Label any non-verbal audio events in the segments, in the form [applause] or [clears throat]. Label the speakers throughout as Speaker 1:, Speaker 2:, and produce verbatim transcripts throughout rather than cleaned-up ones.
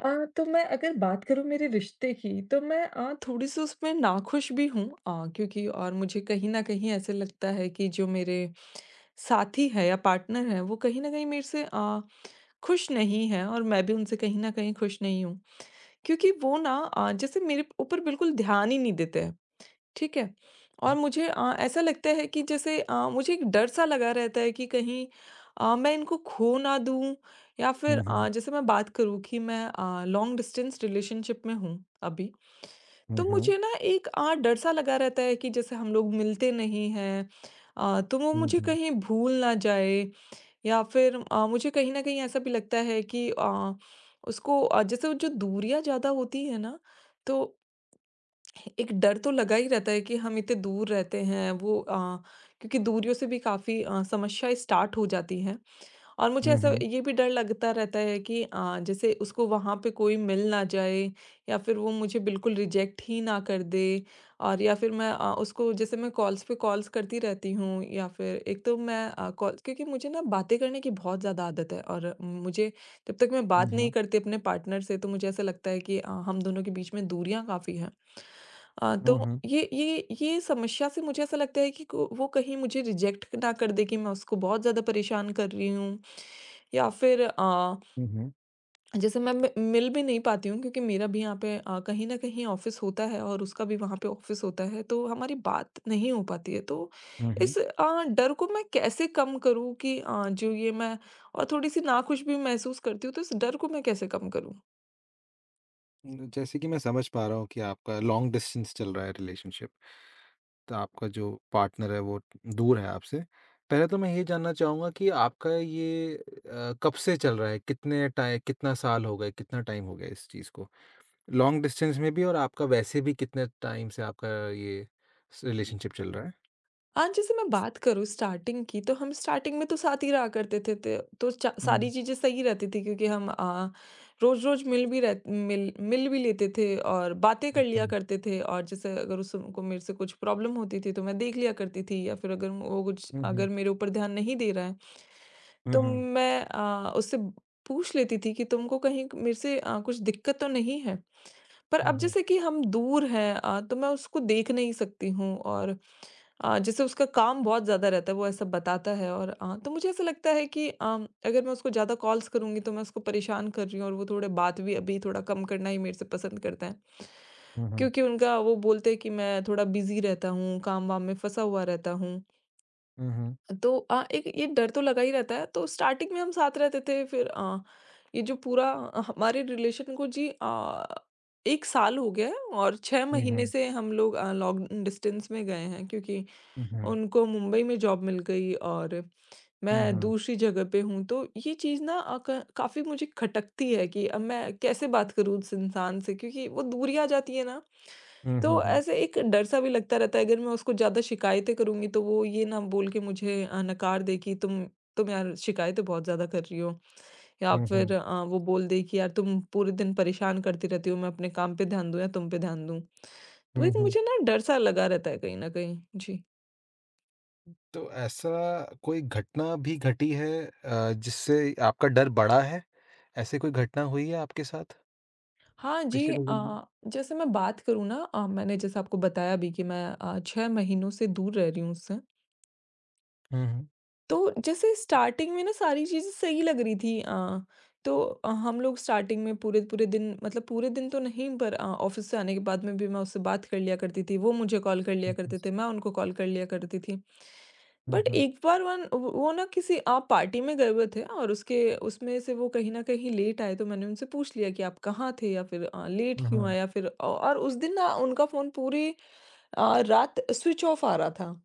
Speaker 1: अ, तो मैं अगर बात करूँ मेरे रिश्ते की, तो मैं अ, थोड़ी-सी उसमें नाखुश भी हूँ अ, क्योंकि और मुझे कहीं न कहीं ऐसे लगता है कि जो मेरे साथी है या पार्टनर है, वो कहीं न कहीं मेरे से अ, खुश नहीं है और मैं भी उनसे कहीं न कहीं खुश नहीं हूँ। क्योंकि वो ना अ, जैसे मेरे ऊपर बिल्कुल ध्यान ही नहीं देते हैं। ठीक है। और
Speaker 2: Mhm.
Speaker 1: मुझे अ, ऐसा लगता है कि जैसे अ, मुझे एक डर सा लगा रहता है कि कहीं अ, मैं इनको खो ना दूँ, या फिर अ,
Speaker 2: Mhm.
Speaker 1: जैसे मैं बात करूँ कि मैं अ, लॉन्ग डिस्टेंस रिलेशनशिप में हूँ अभी। तो
Speaker 2: Mhm.
Speaker 1: मुझे ना एक अ, डर सा लगा रहता है कि जैसे हम लोग मिलते नहीं हैं, अ, तो वो मुझे
Speaker 2: Mhm.
Speaker 1: कहीं भूल ना जाए, या फिर अ, मुझे कहीं न कहीं ऐसा भी लगता है कि अ, उसको, अ, जैसे वो जो दूरियाँ ज़्यादा होती है ना, तो एक डर तो लगा ही रहता है कि हम इतने दूर रहते हैं, वो अ, क्योंकि दूरियों से भी काफ़ी अ, समस्या स्टार्ट हो जाती है। और मुझे ऐसा
Speaker 2: Mhm.
Speaker 1: ये भी डर लगता रहता है कि अ, जैसे उसको वहाँ पे कोई मिल ना जाए, या फिर वो मुझे बिल्कुल रिजेक्ट ही ना कर दे, और या फिर मैं अ, उसको, जैसे मैं कॉल्स पे कॉल्स करती रहती हूँ, या फिर एक तो मैं अ, कॉल, क्योंकि मुझे ना बातें करने की बहुत ज़्यादा आदत है, और मुझे जब तक मैं बात नहीं
Speaker 2: Mhm,
Speaker 1: करती अपने पार्टनर से, तो मुझे ऐसा लगता है कि अ, हम दोनों के बीच में दूरियाँ काफ़ी हैं। अ, तो
Speaker 2: mhm,
Speaker 1: ये ये ये समस्या से मुझे ऐसा लगता है कि को वो कहीं मुझे रिजेक्ट ना कर दे कि मैं उसको बहुत ज़्यादा परेशान कर रही हूँ, या फिर अ,
Speaker 2: mhm,
Speaker 1: जैसे मैं मि- मिल भी नहीं पाती हूँ, क्योंकि मेरा भी यहाँ पे अ, कहीं ना कहीं ऑफिस होता है, और उसका भी वहाँ पे ऑफिस होता है, तो हमारी बात नहीं हो पाती है। तो
Speaker 2: mhm।
Speaker 1: इस अ, डर को मैं कैसे कम करूँ कि अ, जो ये मैं और थोड़ी सी नाखुश भी महसूस करती हूँ, तो इस डर को मैं कैसे कम करूँ?
Speaker 2: न जैसे कि मैं समझ पा रहा हूँ कि आपका लॉन्ग डिस्टेंस चल रहा है रिलेशनशिप। तो आपका जो पार्टनर है वो दूर है आपसे। पहले तो मैं ये जानना चाहूँगा कि आपका ये अ, कब से चल रहा है? कितने टाइ कितना साल हो गए? कितना टाइम हो गया इस चीज़ को? लॉन्ग डिस्टेंस में भी, और आपका वैसे भी कितने टाइम से आपका ये स रिलेशनशिप चल रहा है?
Speaker 1: आज जैसे मैं बात करूँ स्टार्टिंग की, तो हम स्टार्टिंग में तो साथ ही रहा करते थे, ते तो चा सारी
Speaker 2: हुँ।
Speaker 1: चीज़ें सही रहती थी, क्योंकि हम अ, रोज़-रोज़ मिल भी रह मिल मिल भी लेते थे और बातें कर
Speaker 2: हुँ,
Speaker 1: लिया
Speaker 2: हुँ।
Speaker 1: करते थे। और जैसे अगर उसको मेरे से कुछ प्रॉब्लम होती थी, तो मैं देख लिया करती थी, या फिर अगर वो कुछ
Speaker 2: हुँ,
Speaker 1: अगर
Speaker 2: हुँ।
Speaker 1: मेरे ऊपर ध्यान नहीं दे रहा है,
Speaker 2: हुँ,
Speaker 1: तो
Speaker 2: हुँ।
Speaker 1: मैं अ, उससे पूछ लेती थी कि तुमको कहीं मेरे से अ, कुछ दिक्कत तो नहीं है? पर
Speaker 2: हुँ,
Speaker 1: अब
Speaker 2: हुँ।
Speaker 1: जैसे कि हम दूर हैं, अ, तो मैं उसको देख नहीं सकती हूँ, और अ, जैसे उसका काम बहुत ज़्यादा रहता है, वो ऐसा बताता है। और अ, तो मुझे ऐसा लगता है कि अम, अगर मैं उसको ज़्यादा कॉल्स करूँगी, तो मैं उसको परेशान कर रही हूँ, और वो थोड़े बात भी अभी थोड़ा कम करना ही मेरे से पसंद करते हैं,
Speaker 2: हुँ, हुँ।
Speaker 1: क्योंकि उनका, वो बोलते हैं कि मैं थोड़ा बिजी रहता हूँ, काम वाम में फंसा हुआ रहता हूँ।
Speaker 2: हुँ, हुँ।
Speaker 1: तो अ, एक ये डर तो लगा ही रहता है। तो स्टार्टिंग में हम साथ रहते थे, फिर अ, ये जो पूरा अ, हमारे रिलेशन को जी अ, एक साल हो गया है, और छह
Speaker 2: हुँ,
Speaker 1: महीने
Speaker 2: हुँ।
Speaker 1: से हम लोग अ, लॉन्ग डिस्टेंस में गए हैं, क्योंकि
Speaker 2: हुँ, हुँ।
Speaker 1: उनको मुंबई में जॉब मिल गई और
Speaker 2: हुँ,
Speaker 1: मैं
Speaker 2: हुँ।
Speaker 1: दूसरी जगह पे हूँ। तो ये चीज़ ना अ, क काफ़ी मुझे खटकती है कि अब मैं कैसे बात करूँ उस इंसान से, क्योंकि वो दूरी आ जाती है ना।
Speaker 2: हुँ,
Speaker 1: तो
Speaker 2: हुँ।
Speaker 1: ऐसे एक डर-सा भी लगता रहता है, अगर मैं उसको ज़्यादा शिकायतें करूँगी, तो वो ये ना बोल के मुझे अ, नकार दे कि तुम तुम यार, शिकायतें बहुत ज़्यादा कर रही हो, या
Speaker 2: हुँ,
Speaker 1: फिर
Speaker 2: हुँ।
Speaker 1: अ, वो बोल दे कि यार, तुम पूरे दिन परेशान करती रहती हो, मैं अपने काम पे ध्यान दूँ या तुम पे ध्यान दूँ। तो एक
Speaker 2: हुँ, हुँ।
Speaker 1: मुझे ना डर-सा लगा रहता है कहीं न कहीं। जी।
Speaker 2: तो ऐसा कोई घटना भी घटी है अ, जिससे आपका डर बढ़ा है? ऐसी कोई घटना हुई है आपके साथ
Speaker 1: हाँ जी,
Speaker 2: पिछले कुछ दिनों में?
Speaker 1: अ, जैसे मैं बात करूँ ना, अ, मैंने जैसे आपको बताया भी कि मैं अ, छह महीनों से दूर रह रही हूँ उससे।
Speaker 2: हुँ, हुँ।
Speaker 1: तो जैसे स्टार्टिंग में ना सारी चीज़ें सही लग रही थी, अ, तो अ, हम लोग स्टार्टिंग में पूरे-पूरे दिन, मतलब पूरे दिन तो नहीं, पर अ, ऑफ़िस से आने के बाद में भी मैं उससे बात कर लिया करती थी, वो मुझे कॉल कर लिया करते थे, मैं उनको कॉल कर लिया करती थी।
Speaker 2: हुँ,
Speaker 1: बट
Speaker 2: हुँ।
Speaker 1: एक बार वन वो वो ना किसी अ, पार्टी में गए हुए थे, और उसके उसमें से वो कहीं न कहीं लेट आए। तो मैंने उनसे पूछ लिया कि आप कहाँ थे, या फिर अ, लेट
Speaker 2: हुँ,
Speaker 1: क्यों आए,
Speaker 2: हुँ।
Speaker 1: या फिर औ और उस दिन ना उनका फ़ोन पूरी अ, रात स्विच ऑफ आ रहा था।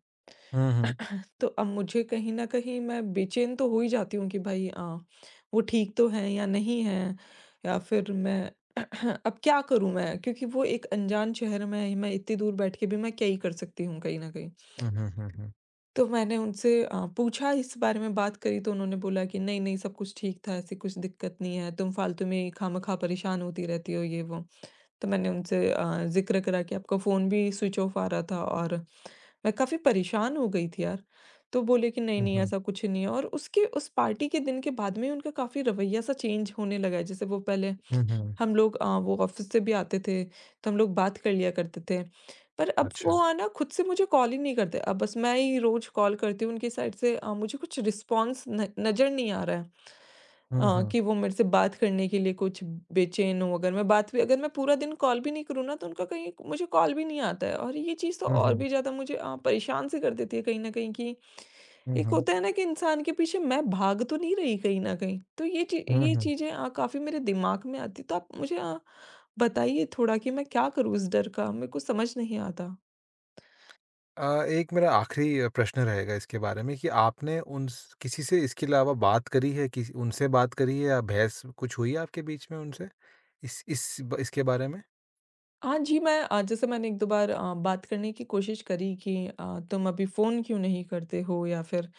Speaker 2: हुँ, हुँ।
Speaker 1: [laughs] तो अब मुझे कहीं न कहीं, मैं बेचैन तो हो ही जाती हूँ कि भाई, अ, वो ठीक तो हैं या नहीं हैं? या फिर मैं [clears throat] अब क्या करूँ मैं? क्योंकि वो एक अनजान शहर में है, मैं इतनी दूर बैठ के भी मैं क्या ही कर सकती हूँ कहीं न कहीं।
Speaker 2: हुँ, हुँ, हुँ, हुँ,
Speaker 1: तो मैंने उनसे अ, पूछा, इस बारे में बात करी, तो उन्होंने बोला कि नहीं, नहीं, सब कुछ ठीक था, ऐसी कुछ दिक्कत नहीं है, तुम फालतू में खामख़ा परेशान होती रहती हो, ये वो। तो मैंने उनसे अ, ज़िक्र करा कि आपका फ़ोन भी स्विच ऑफ आ रहा था, और मैं काफ़ी परेशान हो गई थी यार। तो बोले कि नहीं,
Speaker 2: हुँ,
Speaker 1: नहीं
Speaker 2: हुँ,
Speaker 1: ऐसा कुछ नहीं है। और उसके उस पार्टी के दिन के बाद में ही उनका काफ़ी रवैया सा चेंज होने लगा है। जैसे वो पहले,
Speaker 2: हुँ, हुँ।
Speaker 1: हम लोग अ, वो ऑफ़िस से भी आते थे, तो हम लोग बात कर लिया करते थे। पर अब
Speaker 2: अच्छा।
Speaker 1: वो आ ना खुद से मुझे कॉल ही नहीं करते। अब बस मैं ही रोज़ कॉल करती हूँ उनकी साइड से, अ, मुझे कुछ रिस्पॉन्स न नज़र नहीं आ रहा है
Speaker 2: हुँ,
Speaker 1: अ,
Speaker 2: हुँ।
Speaker 1: कि वो मेरे से बात करने के लिए कुछ बेचैन हो। अगर मैं बात भी अगर मैं पूरा दिन कॉल भी नहीं करूँ ना, तो उनका कहीं मुझे कॉल भी नहीं आता है, और ये चीज़ तो
Speaker 2: हुँ,
Speaker 1: और
Speaker 2: हुँ।
Speaker 1: भी ज़्यादा मुझे अ, परेशान-सी कर देती है कहीं न कहीं, कि
Speaker 2: हुँ,
Speaker 1: एक
Speaker 2: हुँ।
Speaker 1: होता है ना कि इंसान के पीछे मैं भाग तो नहीं रही कहीं न कहीं। तो ये ची
Speaker 2: हुँ,
Speaker 1: ये
Speaker 2: हुँ।
Speaker 1: चीज़ें अ, काफ़ी मेरे दिमाग में आती हैं, तो आप मुझे अ, बताइए थोड़ा कि मैं क्या करूँ इस डर का? मेरे को समझ नहीं आता।
Speaker 2: अ, एक मेरा आखिरी अ, प्रश्न रहेगा इसके बारे में कि आपने उन स- किसी से इसके अलावा बात करी है, किसी उनसे बात करी है या बहस कुछ हुई है आपके बीच में उनसे इस इस ब- इसके बारे में?
Speaker 1: हाँ जी, मैं अ, जैसे मैंने एक दो बार अ, बात करने की कोशिश करी कि अ, तुम अभी फ़ोन क्यों नहीं करते हो, या फिर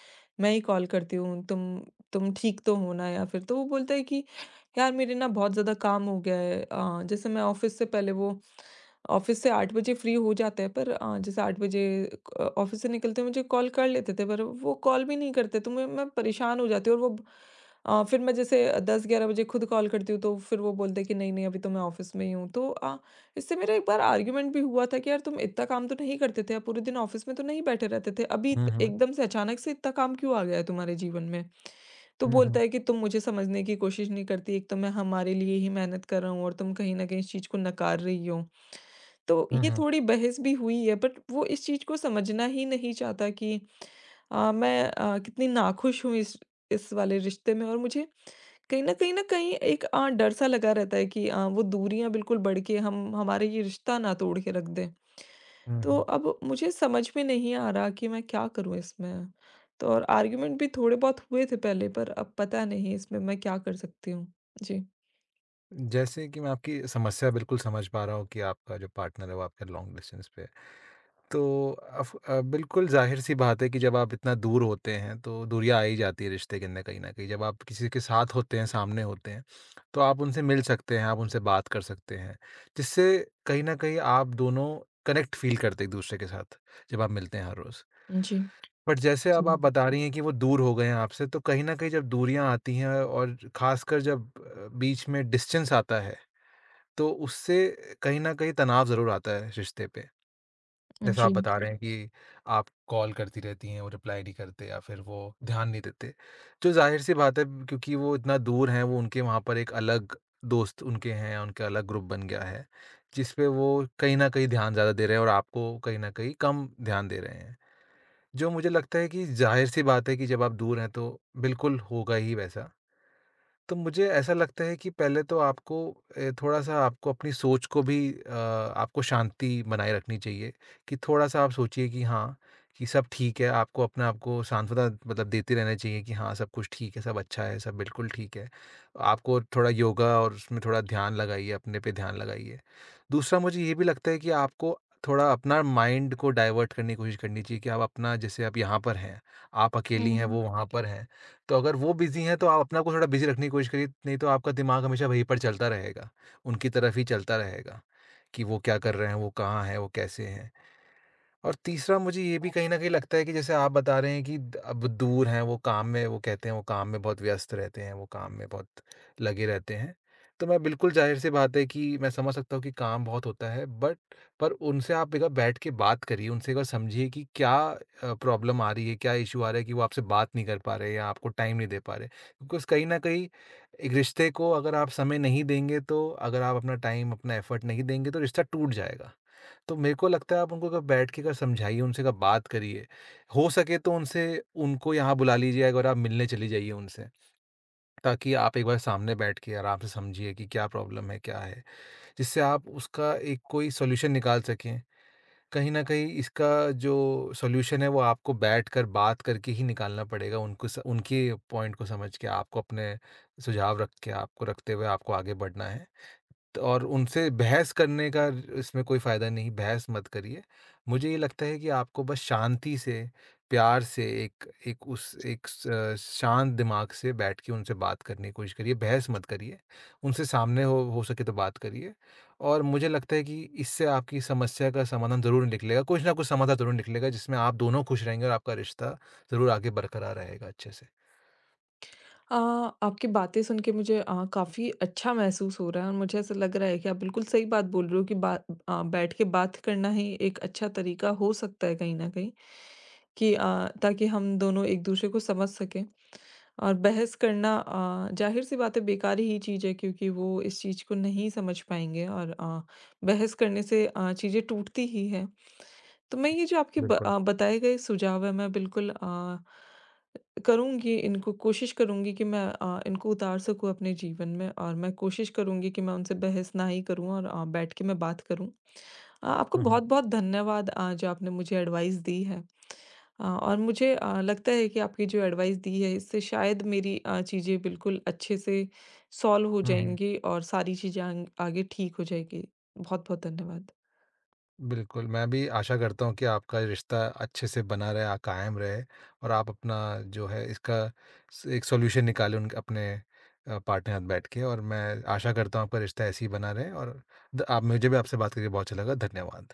Speaker 1: मैं ही कॉल करती हूँ, तुम तुम ठीक तो हो ना? या फिर तो वो बोलता है कि यार, मेरे ना बहुत ज़्यादा काम हो गया है। अ, जैसे मैं ऑफ़िस से पहले वो ऑफ़िस से आठ बजे फ्री हो जाते हैं, पर अ, जैसे आठ बजे क ऑफ़िस से निकलते मुझे कॉल कर लेते थे, पर वो कॉल भी नहीं करते, तो मैं मैं परेशान हो जाती हूँ, और वो अ, फिर मैं जैसे दस ग्यारह बजे खुद कॉल करती हूँ, तो फिर वो बोलते हैं कि नहीं, नहीं अभी तो मैं ऑफ़िस में ही हूँ। तो अ, इससे मेरा एक बार आर्ग्यूमेंट भी हुआ था कि यार, तुम इतना काम तो नहीं करते थे, आप पूरे दिन ऑफिस में तो नहीं बैठे रहते थे, अभी
Speaker 2: हम्म।
Speaker 1: इत
Speaker 2: हम्म।
Speaker 1: एकदम से अचानक से इतना काम क्यों आ गया है तुम्हारे जीवन में? तो बोलता
Speaker 2: हम्म।
Speaker 1: है कि तुम मुझे समझने की कोशिश नहीं करती, एक तो मैं हमारे लिए ही मेहनत कर रहा हूँ, और तुम कहीं न कहीं इस चीज़ को नकार रही हो। तो ये
Speaker 2: हम्म।
Speaker 1: थोड़ी बहस भी हुई है, बट वो इस चीज़ को समझना ही नहीं चाहता कि अ, मैं अ, कितनी नाखुश हूँ इस इस वाले रिश्ते में, और मुझे कहीं न कहीं न कहीं एक अ, डर-सा लगा रहता है कि अ, वो दूरियाँ बिल्कुल बढ़ के हम हमारा ये रिश्ता ना तोड़ के रख दें। तो
Speaker 2: हम्म।
Speaker 1: अब मुझे समझ में नहीं आ रहा कि मैं क्या करूँ इसमें? तो और आर्ग्यूमेंट भी थोड़े बहुत हुए थे पहले, पर अब पता नहीं इसमें मैं क्या कर सकती हूँ? जी।
Speaker 2: जैसे कि मैं आपकी समस्या बिल्कुल समझ पा रहा हूँ कि आपका जो पार्टनर है वो आपके लॉन्ग डिस्टेंस पे है। तो अफ- अ, बिल्कुल जाहिर सी बात है कि जब आप इतना दूर होते हैं तो दूरियां आ ही जाती है रिश्ते के अंदर कहीं ना कहीं। जब आप किसी के साथ होते हैं, सामने होते हैं, तो आप उनसे मिल सकते हैं, आप उनसे बात कर सकते हैं, जिससे कहीं ना कहीं आप दोनों कनेक्ट फील करते हैं एक दूसरे के साथ जब आप मिलते हैं हर रोज़।
Speaker 1: जी।
Speaker 2: बट जैसे
Speaker 1: जी।
Speaker 2: अब आप बता रही हैं कि वो दूर हो गए हैं आपसे, तो कहीं ना कहीं जब दूरियां आती हैं और खासकर जब अ, बीच में डिस्टेंस आता है, तो उससे कहीं ना कहीं तनाव ज़रूर आता है रिश्ते पे।
Speaker 1: हुँ।
Speaker 2: जैसा आप
Speaker 1: जी।
Speaker 2: बता रहे हैं कि आप कॉल करती रहती हैं, वो रिप्लाई नहीं करते या फिर वो ध्यान नहीं देते। जो ज़ाहिर-सी बात है क्योंकि वो इतना दूर हैं, वो उनके वहाँ पर एक अलग दोस्त उनके हैं, उनका अलग ग्रुप बन गया है, जिस पे वो कहीं न कहीं ध्यान ज़्यादा दे रहे हैं और आपको कहीं न कहीं कम ध्यान दे रहे हैं। जो मुझे लगता है कि ज़ाहिर-सी बात है कि जब आप दूर हैं, तो बिल्कुल होगा ही वैसा। तो मुझे ऐसा लगता है कि पहले तो आपको ए, थोड़ा सा आपको अपनी सोच को भी अ, आपको शांति बनाए रखनी चाहिए। कि थोड़ा सा आप सोचिए कि हाँ, कि सब ठीक है, आपको अपना आपको सांत्वना मतलब देते रहना चाहिए कि हाँ सब कुछ ठीक है, सब अच्छा है, सब बिल्कुल ठीक है। आपको थोड़ा योगा और उसमें थोड़ा ध्यान लगाइए, अपने पे ध्यान लगाइए। दूसरा, मुझे ये भी लगता है कि आपको थोड़ा अपना माइंड को डाइवर्ट करने की कोशिश करनी चाहिए कि आप अपना जैसे आप यहाँ पर हैं, आप अकेली हैं,
Speaker 1: हुँ।
Speaker 2: वो वहाँ पर हैं। तो अगर वो बिज़ी हैं तो आप अपने आप को थोड़ा बिज़ी रखने की कोशिश करिए, नहीं तो आपका दिमाग हमेशा वहीं पर चलता रहेगा, उनकी तरफ ही चलता रहेगा कि वो क्या कर रहे हैं, वो कहाँ हैं, वो कैसे हैं। और तीसरा, मुझे ये भी कहीं न कहीं लगता है कि जैसे आप बता रहे हैं कि द अब दूर हैं, वो काम में, वो कहते हैं वो काम में बहुत व्यस्त रहते हैं, वो काम में बहुत लगे रहते हैं। तो मैं बिल्कुल ज़ाहिर-सी बात है कि मैं समझ सकता हूँ कि काम बहुत होता है, बट पर उनसे आप एक बार बैठ के बात करिए, उनसे एक बार समझिए कि क्या अ, प्रॉब्लम आ रही है, क्या इश्यू आ रहा है कि वो आपसे बात नहीं कर पा रहे या आपको टाइम नहीं दे पा रहे। बिकॉज़ कहीं न कहीं एक रिश्ते को अगर आप समय नहीं देंगे, तो अगर आप अपना टाइम, अपना एफ़र्ट नहीं देंगे तो रिश्ता टूट जाएगा। तो मेरे को लगता है आप उनको कब बैठ के कब समझाइए, उनसे कब बात करिए। हो सके तो उनसे उनको यहाँ बुला लीजिए, एक बार आप मिलने चली जाइए उनसे, ताकि आप एक बार सामने बैठ के आराम से समझिए कि क्या प्रॉब्लम है, क्या है। जिससे आप उसका एक कोई सॉल्यूशन निकाल सकें। कहीं न कहीं इसका जो सॉल्यूशन है वो आपको बैठकर बात करके ही निकालना पड़ेगा, उनको स उनके पॉइंट को समझ के, आपको अपने सुझाव रख के, आपको रखते हुए आपको आगे बढ़ना है। तो और उनसे बहस करने का इसमें कोई फ़ायदा नहीं, बहस मत करिए। मुझे ये लगता है कि आपको बस शांति से, प्यार से एक एक उस एक स अ, शांत दिमाग से बैठ के उनसे बात करने की कोशिश करिए, बहस मत करिए। उनसे सामने हो हो सके तो बात करिए, और मुझे लगता है कि इससे आपकी समस्या का समाधान ज़रूर निकलेगा, कुछ ना कुछ समाधान ज़रूर निकलेगा जिसमें आप दोनों खुश रहेंगे और आपका रिश्ता ज़रूर आगे बरकरार रहेगा अच्छे से।
Speaker 1: अ, आपकी बातें सुन के मुझे अ, काफ़ी अच्छा महसूस हो रहा है, और मुझे ऐसा लग रहा है कि आप बिल्कुल सही बात बोल रहे हो कि बात अ, बैठ के बात करना ही एक अच्छा तरीका हो सकता है कहीं न कहीं, कि अ, ताकि हम दोनों एक-दूसरे को समझ सकें। और बहस करना अ, ज़ाहिर-सी बात है, बेकार ही चीज़ है, क्योंकि वो इस चीज़ को नहीं समझ पाएँगे, और अ, बहस करने से अ, चीज़ें टूटती ही हैं। तो मैं ये जो आपके ब
Speaker 2: बिल्कुल।
Speaker 1: अ, बताए गए सुझाव हैं, मैं बिल्कुल अ करूँगी, इनको कोशिश करूँगी कि मैं अ, इनको उतार सकूँ अपने जीवन में, और मैं कोशिश करूँगी कि मैं उनसे बहस ना ही करूँ, और अ, बैठ के मैं बात करूँ। अ, आपको
Speaker 2: हुँ, हुँ।
Speaker 1: बहुत-बहुत धन्यवाद, अ, जो आपने मुझे एडवाइस दी है। अ, और मुझे अ, लगता है कि आपकी जो एडवाइस दी है, इससे शायद मेरी अ, चीज़ें बिल्कुल अच्छे से सॉल्व हो
Speaker 2: हुँ, हुँ।
Speaker 1: जाएँगी, और सारी चीज़ें आंग आगे ठीक हो जाएगी। बहुत-बहुत धन्यवाद।
Speaker 2: बिल्कुल, मैं भी आशा करता हूँ कि आपका रिश्ता अच्छे से बना रहे, अ, कायम रहे और आप अपना जो है इसका स एक सॉल्यूशन निकालें उन अपने अ, पार्टनर के साथ बैठ के, और मैं आशा करता हूँ आपका रिश्ता ऐसे ही बना रहे, और द आप मुझे भी आपसे बात करके बहुत अच्छा लगा। धन्यवाद।